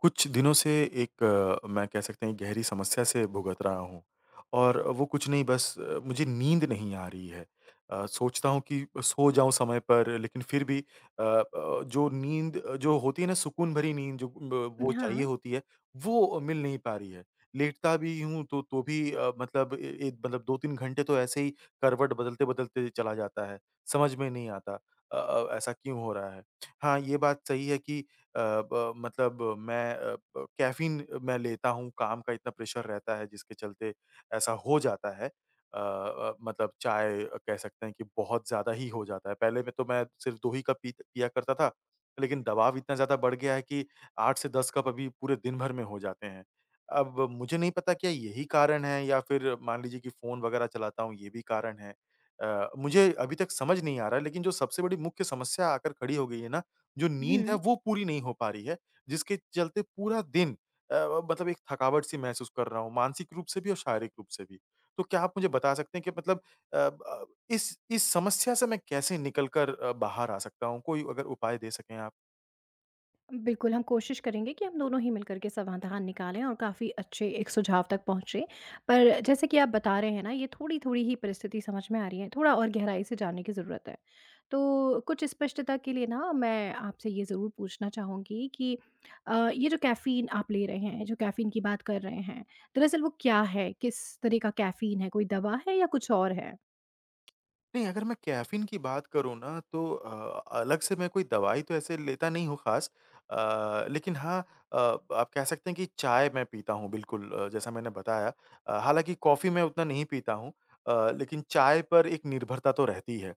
कुछ दिनों से एक मैं कह सकते हैं गहरी समस्या से भुगत रहा हूँ और वो कुछ नहीं बस मुझे नींद नहीं आ रही है। सोचता हूँ कि सो जाऊँ समय पर लेकिन फिर भी जो नींद जो होती है ना सुकून भरी नींद जो ब वो चाहिए हाँ, होती है, वो मिल नहीं पा रही है। लेटता भी हूँ तो भी मतलब ए ए मतलब 2-3 घंटे तो ऐसे ही करवट बदलते-बदलते चला जाता है, समझ में नहीं आता ऐसा क्यों हो रहा है। हाँ, ये बात सही है कि अ, ब मतलब मैं अ, ब कैफ़ीन मैं लेता हूँ, काम का इतना प्रेशर रहता है जिसके चलते ऐसा हो जाता है। मतलब चाय कह सकते हैं कि बहुत ज़्यादा ही हो जाता है। पहले में तो मैं सिर्फ़ 2 ही कप पी पिया करता था, लेकिन दबाव इतना ज़्यादा बढ़ गया है कि 8 से 10 कप अभी पूरे दिन भर में हो जाते हैं। अब मुझे नहीं पता क्या यही कारण है या फिर मान लीजिए कि फ़ोन वग़ैरह चलाता हूँ ये भी कारण है। मुझे अभी तक समझ नहीं आ रहा है लेकिन जो सबसे बड़ी मुख्य समस्या आकर खड़ी हो गई है ना जो नींद है हुँ। वो पूरी नहीं हो पा रही है, जिसके चलते पूरा दिन अ, मतलब एक थकावट सी महसूस कर रहा हूँ, मानसिक रूप से भी और शारीरिक रूप से भी। तो क्या आप मुझे बता सकते हैं कि मतलब अ, ब इस समस्या से मैं कैसे निकल कर बाहर आ सकता हूँ? कोई अगर उपाय दे सकें आप। बिल्कुल, हम कोशिश करेंगे कि हम दोनों ही मिलकर के समाधान निकालें और काफ़ी अच्छे एक सुझाव तक पहुँचे। पर जैसे कि आप बता रहे हैं ना, ये थोड़ी-थोड़ी ही परिस्थिति समझ में आ रही है, थोड़ा और गहराई से जानने की ज़रूरत है। तो कुछ स्पष्टता के लिए ना मैं आपसे ये ज़रूर पूछना चाहूँगी कि ये जो कैफ़ीन आप ले रहे हैं, जो कैफ़ीन की बात कर रहे हैं, दरअसल वो क्या है? किस तरह का कैफ़ीन है? कोई दवा है या कुछ और है? नहीं, अगर मैं कैफ़ीन की बात करूँ ना तो अलग से मैं कोई दवाई तो ऐसे लेता नहीं हूँ ख़ास। लेकिन हाँ, आप कह सकते हैं कि चाय मैं पीता हूँ बिल्कुल, जैसा मैंने बताया। हालाँकि कॉफ़ी मैं उतना नहीं पीता हूँ, लेकिन चाय पर एक निर्भरता तो रहती है।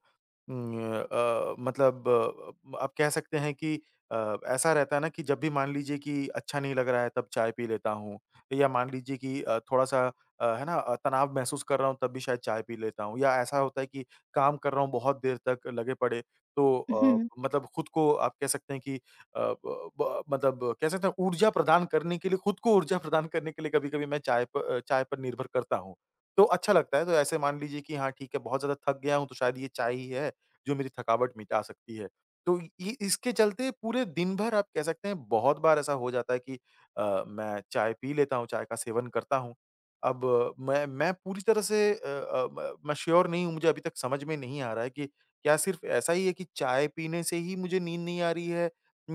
उम, मतलब आप कह सकते हैं कि ऐसा रहता है ना कि जब भी मान लीजिए कि अच्छा नहीं लग रहा है तब चाय पी लेता हूँ या मान लीजिए कि थोड़ा-सा है ना, तनाव महसूस कर रहा हूँ तब भी शायद चाय पी लेता हूँ या ऐसा होता है कि काम कर रहा हूँ बहुत देर तक लगे पड़े। तो हुँ, मतलब खुद को आप कह सकते हैं कि अ, ब ब मतलब कह सकते हैं ऊर्जा प्रदान करने के लिए खुद को ऊर्जा प्रदान करने के लिए कभी-कभी मैं चाय पर निर्भर करता हूँ। तो अच्छा लगता है तो ऐसे मान लीजिए कि हाँ ठीक है, बहुत ज़्यादा थक गया हूँ तो शायद ये चाय ही है जो मेरी थकावट मिटा सकती है। तो ये इसके चलते पूरे दिन भर आप कह सकते हैं बहुत बार ऐसा हो जाता है कि मैं चाय पी लेता हूँ, चाय का सेवन करता हूँ। अब मैं पूरी तरह से अ अ, म मैं श्योर नहीं हूँ, मुझे अभी तक समझ में नहीं आ रहा है कि क्या सिर्फ़ ऐसा ही है कि चाय पीने से ही मुझे नींद नहीं आ रही है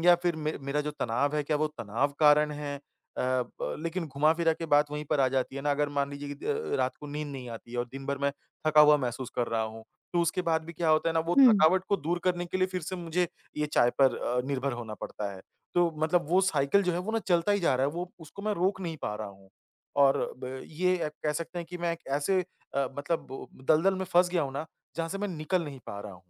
या फिर मे मेरा जो तनाव है, क्या वो तनाव कारण है? अ, ब लेकिन घुमा-फिरा के बात वहीं पर आ जाती है ना, अगर मान लीजिए कि द रात को नींद नहीं आती है और दिन भर मैं थका हुआ महसूस कर रहा हूँ। तो उसके बाद भी क्या होता है ना, वो हुँ। थकावट को दूर करने के लिए फिर से मुझे ये चाय पर निर्भर होना पड़ता है। तो मतलब वो साइकिल जो है वो ना चलता ही जा रहा है, वो उसको मैं रोक नहीं पा रहा हूँ। और ब ये कह सकते हैं कि मैं एक ऐसे मतलब दलदल में फँस गया हूँ ना, जहाँ से मैं निकल नहीं पा रहा हूँ।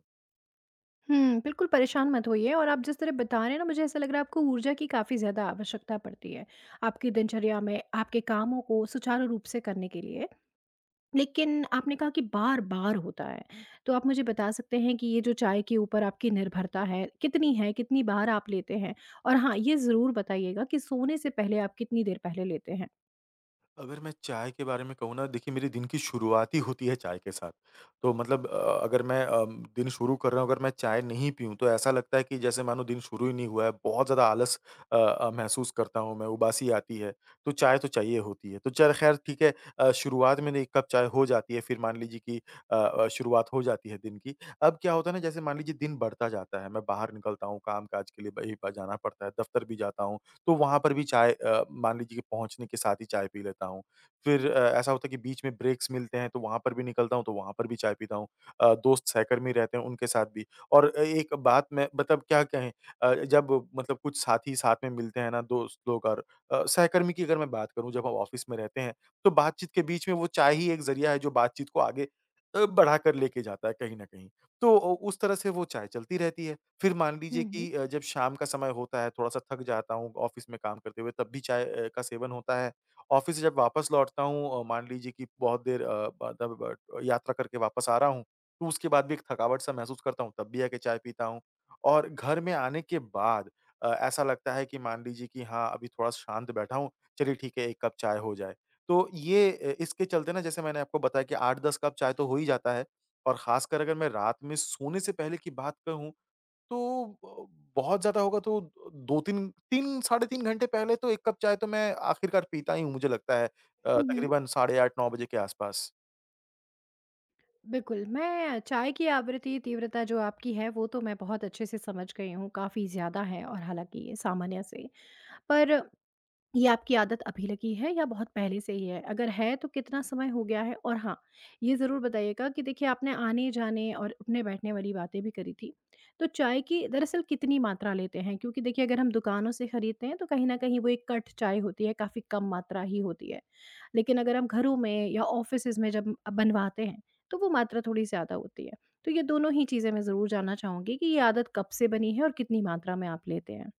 हुँ, बिल्कुल परेशान मत होइए, और आप जिस तरह बता रहे हैं ना, मुझे ऐसा लग रहा है आपको ऊर्जा की काफ़ी ज़्यादा आवश्यकता पड़ती है, आपकी दिनचर्या में आपके कामों को सुचारू रूप से करने के लिए। लेकिन आपने कहा कि बार-बार होता है, तो आप मुझे बता सकते हैं कि ये जो चाय के ऊपर आपकी निर्भरता है, कितनी बार आप लेते हैं? और हाँ, ये ज़रूर बताइएगा कि सोने से पहले आप कितनी देर पहले लेते हैं? अगर मैं चाय के बारे में कहूँ ना, देखिए, मेरे दिन की शुरुआत ही होती है चाय के साथ। तो मतलब अगर मैं दिन शुरू कर रहा हूँ, अगर मैं चाय नहीं पीऊँ तो ऐसा लगता है कि जैसे मानो दिन शुरू ही नहीं हुआ है। बहुत ज़्यादा आलस महसूस करता हूँ मैं, उबासी आती है। तो चाय तो चाहिए होती है। तो चल ख़ैर ठीक है, शुरुआत में 1 कप चाय हो जाती है, फिर मान लीजिए कि शुरुआत हो जाती है दिन की। अब क्या होता है ना, जैसे मान लीजिए दिन बढ़ता जाता है, मैं बाहर निकलता हूँ काम-काज के लिए, ब ही जाना पड़ता है, दफ़्तर भी जाता हूँ। तो वहाँ पर भी चाय, मान लीजिए कि पहुँचने के साथ ही चाय पी लेता हूँ। फिर ऐसा होता है कि बीच में ब्रेक्स मिलते हैं, तो वहाँ पर भी निकलता हूँ, तो वहाँ पर भी चाय पीता हूँ। दोस्त सहकर्मी रहते हैं, उनके साथ भी। और एक बात मैं मतलब क्या कहें, जब मतलब कुछ साथी साथ में मिलते हैं ना दोस्त लोग और सहकर्मी की अगर मैं बात करूँ, जब हम ऑफ़िस में रहते हैं, तो बातचीत के बीच में वो चाय ही एक ज़रिया है जो बातचीत को आगे बढ़ाकर लेके जाता है कहीं न कहीं। तो उस तरह से वो चाय चलती रहती है। फिर मान लीजिए हुँ, हुँ। कि जब शाम का समय होता है, थोड़ा-सा थक जाता हूँ ऑफ़िस में काम करते हुए, तब भी चाय का सेवन होता है। ऑफ़िस से जब वापस लौटता हूँ मान लीजिए कि बहुत देर अ, ब तब ब यात्रा करके वापस आ रहा हूँ, तो उसके बाद भी एक थकावट-सा महसूस करता हूँ, तब भी आके चाय पीता हूँ। और घर में आने के बाद ऐसा लगता है कि मान लीजिए कि हाँ, अभी थोड़ा शांत बैठा हूँ, चलिए ठीक है, 1 कप चाय हो जाए। तो ये इसके चलते ना, जैसे मैंने आपको बताया कि 8-10 कप चाय तो हो ही जाता है। और ख़ासकर अगर मैं रात में सोने से पहले की बात कहूँ तो ब बहुत ज़्यादा होगा तो 2-3 3 साढ़े 3 घंटे पहले तो 1 कप चाय तो मैं आखिरकार पीता ही हूँ। मुझे लगता है हुँ, हुँ। तकरीबन साढ़े 8-9 बजे के आस-पास। बिल्कुल, मैं चाय की आवृत्ति तीव्रता जो आपकी है वो तो मैं बहुत अच्छे से समझ गई हूँ, काफ़ी ज़्यादा है और हालाँकि ये सामान्य से। पर ये आपकी आदत अभी लगी है या बहुत पहले से ही है? अगर है तो कितना समय हो गया है? और हाँ, ये ज़रूर बताइएगा कि देखिए आपने आने-जाने और उठने-बैठने वाली बातें भी करी थी। तो चाय की दरअसल कितनी मात्रा लेते हैं? क्योंकि देखिए अगर हम दुकानों से खरीदते हैं तो कहीं न कहीं वो एक कट चाय होती है, काफ़ी कम मात्रा ही होती है। लेकिन अगर हम घरों में या ऑफ़िसेज़ में जब बनवाते हैं, तो वो मात्रा थोड़ी ज़्यादा होती है। तो ये दोनों ही चीज़ें मैं ज़रूर जानना चाहूँगी कि ये आदत कब से बनी है और कितनी मात्रा में आप लेते हैं?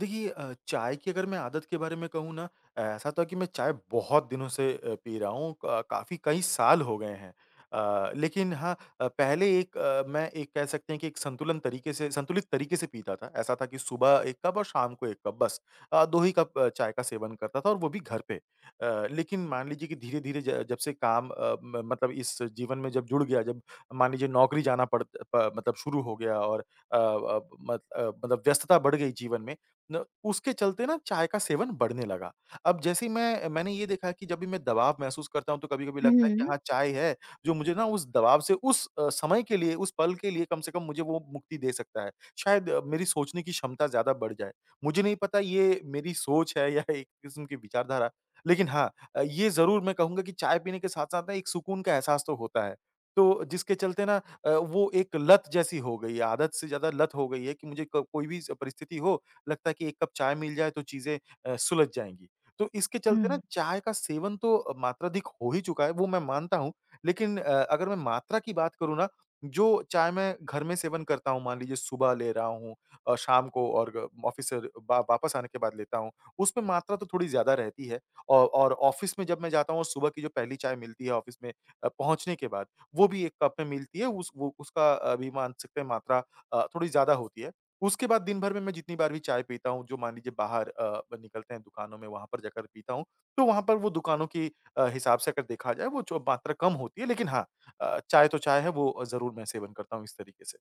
देखिए, चाय की अगर मैं आदत के बारे में कहूँ ना, ऐसा तो है कि मैं चाय बहुत दिनों से पी रहा हूँ, क काफ़ी कई साल हो गए हैं। लेकिन हाँ, पहले एक अ, मैं एक कह सकते हैं कि एक संतुलन तरीके से संतुलित तरीके से पीता था। ऐसा था कि सुबह 1 कप और शाम को 1 कप, बस 2 ही कप चाय का सेवन करता था, और वो भी घर पे। लेकिन मान लीजिए कि धीरे-धीरे ज जब से काम अ, म मतलब इस जीवन में जब जुड़ गया, जब मान लीजिए नौकरी जाना पड़ प मतलब शुरू हो गया, और अ, अब मत अ, मतलब व्यस्तता बढ़ गई जीवन में, न उसके चलते ना चाय का सेवन बढ़ने लगा। अब जैसे ही मैंने ये देखा कि जब भी मैं दबाव महसूस करता हूँ, तो कभी-कभी लगता है कि हुँ। हाँ, चाय है, जो मुझे ना उस दबाव से, उस समय के लिए, उस पल के लिए कम से कम मुझे वो मुक्ति दे सकता है। शायद मेरी सोचने की क्षमता ज़्यादा बढ़ जाए। मुझे नहीं पता ये मेरी सोच है या एक किस्म की विचारधारा, लेकिन हाँ, ये ज़रूर मैं कहूँगा कि चाय पीने के साथ-साथ ना एक सुकून का एहसास तो होता है। तो जिसके चलते ना वो एक लत जैसी हो गई है, आदत से ज़्यादा लत हो गई है, कि मुझे क कोई भी स परिस्थिति हो, लगता है कि एक कप चाय मिल जाए तो चीज़ें सुलझ जाएँगी। तो इसके चलते ना हुँ। चाय का सेवन तो मात्राधिक हो ही चुका है, वो मैं मानता हूँ। लेकिन अगर मैं मात्रा की बात करूँ ना, जो चाय मैं घर में सेवन करता हूँ, मान लीजिए सुबह ले रहा हूँ, शाम को और ग ऑफ़िस से वा वापस आने के बाद लेता हूँ, उसमें मात्रा तो थोड़ी ज़्यादा रहती है। औ और ऑफ़िस में जब मैं जाता हूँ, और सुबह की जो पहली चाय मिलती है ऑफ़िस में पहुँचने के बाद, वो भी 1 कप में मिलती है, उस वो उसका भी मान सकते हैं मात्रा थोड़ी ज़्यादा होती है। उसके बाद दिन भर में मैं जितनी बार भी चाय पीता हूँ, जो मान लीजिए बाहर अ, ब निकलते हैं दुकानों में, वहाँ पर जाकर पीता हूँ, तो वहाँ पर वो दुकानों की हिसाब से अगर देखा जाए वो जो मात्रा कम होती है, लेकिन हाँ, चाय तो चाय है, वो ज़रूर मैं सेवन करता हूँ इस तरीके से।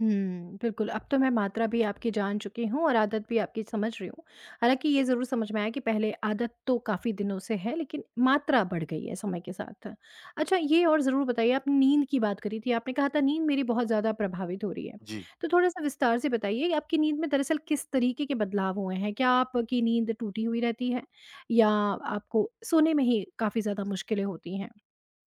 हुँ, बिल्कुल, अब तो मैं मात्रा भी आपकी जान चुकी हूँ और आदत भी आपकी समझ रही हूँ। हालाँकि ये ज़रूर समझ में आया कि पहले आदत तो काफ़ी दिनों से है, लेकिन मात्रा बढ़ गई है समय के साथ। अच्छा ये और ज़रूर बताइए, आपने नींद की बात करी थी, आपने कहा था नींद मेरी बहुत ज़्यादा प्रभावित हो रही है। जी। तो थोड़ा-सा विस्तार से बताइए कि आपकी नींद में दरअसल किस तरीके के बदलाव हुए हैं? क्या आपकी नींद टूटी हुई रहती है, या आपको सोने में ही काफ़ी ज़्यादा मुश्किलें होती हैं?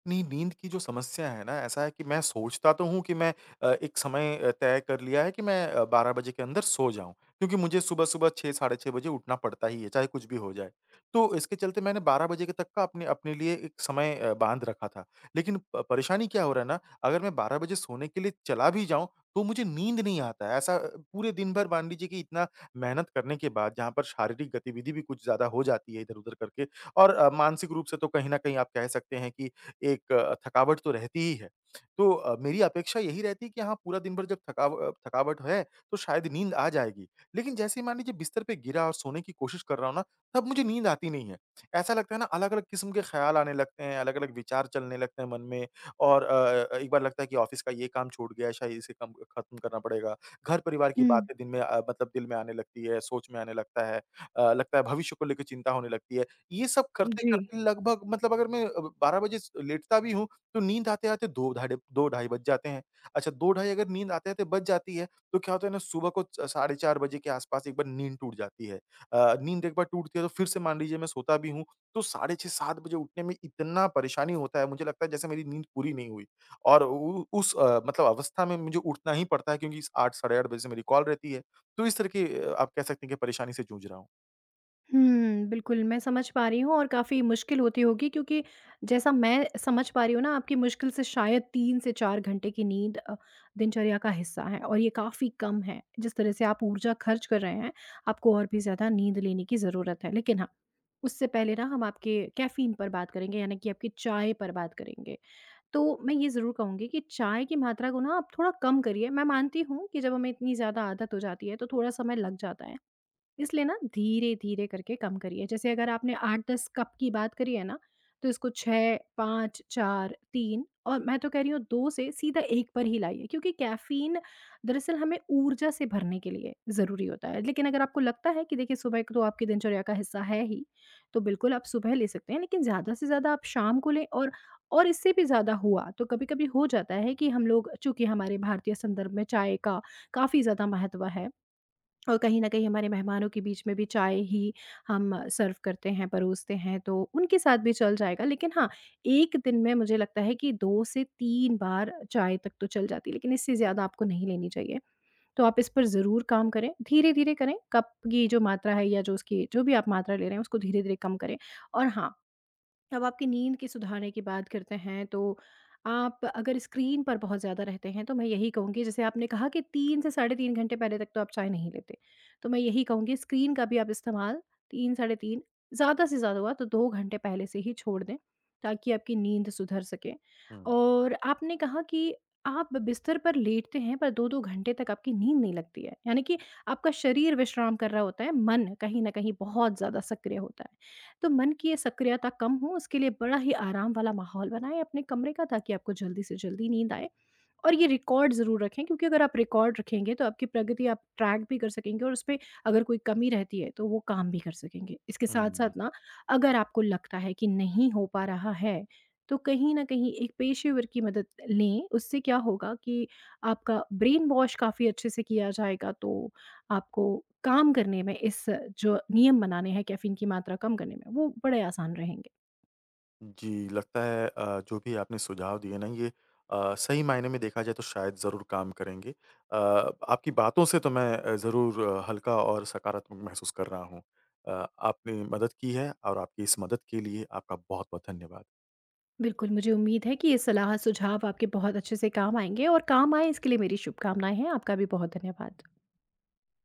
नहीं, नींद की जो समस्या है ना, ऐसा है कि मैं सोचता तो हूँ कि मैं एक समय तय कर लिया है कि मैं 12 बजे के अंदर सो जाऊँ, क्योंकि मुझे सुबह-सुबह 6 साढ़े 6 बजे उठना पड़ता ही है, चाहे कुछ भी हो जाए। तो इसके चलते मैंने 12 बजे के तक का अपने अपने लिए एक समय बाँध रखा था। लेकिन प परेशानी क्या हो रहा है ना, अगर मैं 12 बजे सोने के लिए चला भी जाऊँ, तो मुझे नींद नहीं आता है। ऐसा पूरे दिन भर मान लीजिए कि इतना मेहनत करने के बाद, जहाँ पर शारीरिक गतिविधि भी कुछ ज़्यादा हो जाती है इधर-उधर करके, और मानसिक रूप से तो कहीं न कहीं आप कह सकते हैं कि एक थकावट तो रहती ही है। तो मेरी अपेक्षा यही रहती है कि हाँ, पूरा दिन भर जब थकावट है, तो शायद नींद आ जाएगी। लेकिन जैसे ही मान लीजिए बिस्तर पे गिरा और सोने की कोशिश कर रहा हूँ ना, तब मुझे नींद आती नहीं है। ऐसा लगता है ना, अलग-अलग किस्म के ख़्याल आने लगते हैं, अलग-अलग विचार चलने लगते हैं मन में। और एक बार लगता है कि ऑफ़िस का ये काम छूट गया, शायद इसे कम ख़त्म करना पड़ेगा। घर-परिवार की हुँ, बातें दिन में मतलब दिल में आने लगती है, सोच में आने लगता है। लगता है भविष्य को लेके चिंता होने लगती है। ये सब जी। करते-करते लगभग मतलब अगर मैं 12 बजे स लेटता भी हूँ, तो नींद आते-आते 2 ढाई बज जाते हैं। अच्छा, 2 ढाई अगर नींद आते-आते बज जाती है, तो क्या होता है ना, सुबह को च साढ़े 4 बजे के आस-पास एक बार नींद टूट जाती है। नींद एक बार टूटती है तो फिर से मान लीजिए मैं सोता भी हूँ, तो साढ़े 6-7 बजे उठने में इतना परेशानी होता है, मुझे लगता है जैसे मेरी नींद पूरी नहीं हुई। और उ उस मतलब अवस्था में मुझे उठना ही पड़ता है, क्योंकि स 8 साढ़े 8 बजे से मेरी कॉल रहती है। तो इस तरह की आप कह सकते हैं कि परेशानी से जूझ रहा हूँ। हुँ, बिल्कुल, मैं समझ पा रही हूँ और काफ़ी मुश्किल होती होगी, क्योंकि जैसा मैं समझ पा रही हूँ ना, आपकी मुश्किल से शायद 3 से 4 घंटे की नींद दिनचर्या का हिस्सा है, और ये काफ़ी कम है। जिस तरह से आप ऊर्जा खर्च कर रहे हैं, आपको और भी ज़्यादा नींद लेने की ज़रूरत है। लेकिन हाँ, उससे पहले ना हम आपके कैफ़ीन पर बात करेंगे, यानी कि आपकी चाय पर बात करेंगे। तो मैं ये ज़रूर कहूँगी कि चाय की मात्रा को ना आप थोड़ा कम करिए। मैं मानती हूँ कि जब हमें इतनी ज़्यादा आदत हो जाती है, तो थोड़ा समय लग जाता है। इसलिए ना धीरे-धीरे करके कम करिए। जैसे अगर आपने 8-10 कप की बात करी है ना, तो इसको 6, 5, 4, 3 और मैं तो कह रही हूँ 2 से सीधा 1 पर ही लाइए, क्योंकि कैफ़ीन दरअसल हमें ऊर्जा से भरने के लिए ज़रूरी होता है। लेकिन अगर आपको लगता है कि देखिए सुबह तो आपकी दिनचर्या का हिस्सा है ही, तो बिल्कुल आप सुबह ले सकते हैं, लेकिन ज़्यादा से ज़्यादा आप शाम को लें। और इससे भी ज़्यादा हुआ तो कभी-कभी हो जाता है कि हम लोग, चूँकि हमारे भारतीय संदर्भ में चाय का काफ़ी ज़्यादा महत्व है। और कहीं न कहीं हमारे मेहमानों के बीच में भी चाय ही हम सर्व करते हैं, परोसते हैं, तो उनके साथ भी चल जाएगा। लेकिन हाँ, 1 दिन में मुझे लगता है कि 2 से 3 बार चाय तक तो चल जाती है, लेकिन इससे ज़्यादा आपको नहीं लेनी चाहिए। तो आप इस पर ज़रूर काम करें, धीरे-धीरे करें। कप की जो मात्रा है, या जो उसकी जो भी आप मात्रा ले रहे हैं, उसको धीरे-धीरे कम करें। और हाँ, अब आपकी नींद की सुधारने की बात करते हैं। तो आप अगर स्क्रीन पर बहुत ज़्यादा रहते हैं, तो मैं यही कहूँगी, जैसे आपने कहा कि 3 से साढ़े 3 घंटे पहले तक तो आप चाय नहीं लेते। तो मैं यही कहूँगी स्क्रीन का भी आप इस्तेमाल 3 साढ़े 3, ज़्यादा से ज़्यादा हुआ तो 2 घंटे पहले से ही छोड़ दें, ताकि आपकी नींद सुधर सके। हुँ, और आपने कहा कि आप बिस्तर पर लेटते हैं, पर 2-2 घंटे तक आपकी नींद नहीं लगती है। यानी कि आपका शरीर विश्राम कर रहा होता है, मन कहीं न कहीं बहुत ज़्यादा सक्रिय होता है। तो मन की ये सक्रियता कम हो, उसके लिए बड़ा ही आराम वाला माहौल बनाएँ अपने कमरे का, ताकि आपको जल्दी से जल्दी नींद आए। और ये रिकॉर्ड ज़रूर रखें, क्योंकि अगर आप रिकॉर्ड रखेंगे, तो आपकी प्रगति आप ट्रैक भी कर सकेंगे, और उसपे अगर कोई कमी रहती है तो वो काम भी कर सकेंगे। इसके हुँ। साथ-साथ ना, अगर आपको लगता है कि नहीं हो पा रहा है, तो कहीं न कहीं एक पेशेवर की मदद लें। उससे क्या होगा कि आपका ब्रेन वॉश काफ़ी अच्छे से किया जाएगा, तो आपको काम करने में, इस जो नियम बनाने हैं कैफ़ीन की मात्रा कम करने में, वो बड़े आसान रहेंगे। जी, लगता है जो भी आपने सुझाव दिए ना, ये सही मायने में देखा जाए तो शायद ज़रूर काम करेंगे। आपकी बातों से तो मैं ज़रूर हल्का और सकारात्मक महसूस कर रहा हूँ। आपने मदद की है और आपकी इस मदद के लिए आपका बहुत-बहुत धन्यवाद। बिल्कुल, मुझे उम्मीद है कि ये सलाह सुझाव आपके बहुत अच्छे से काम आएँगे, और काम आएँ इसके लिए मेरी शुभकामनाएँ हैं। आपका भी बहुत धन्यवाद।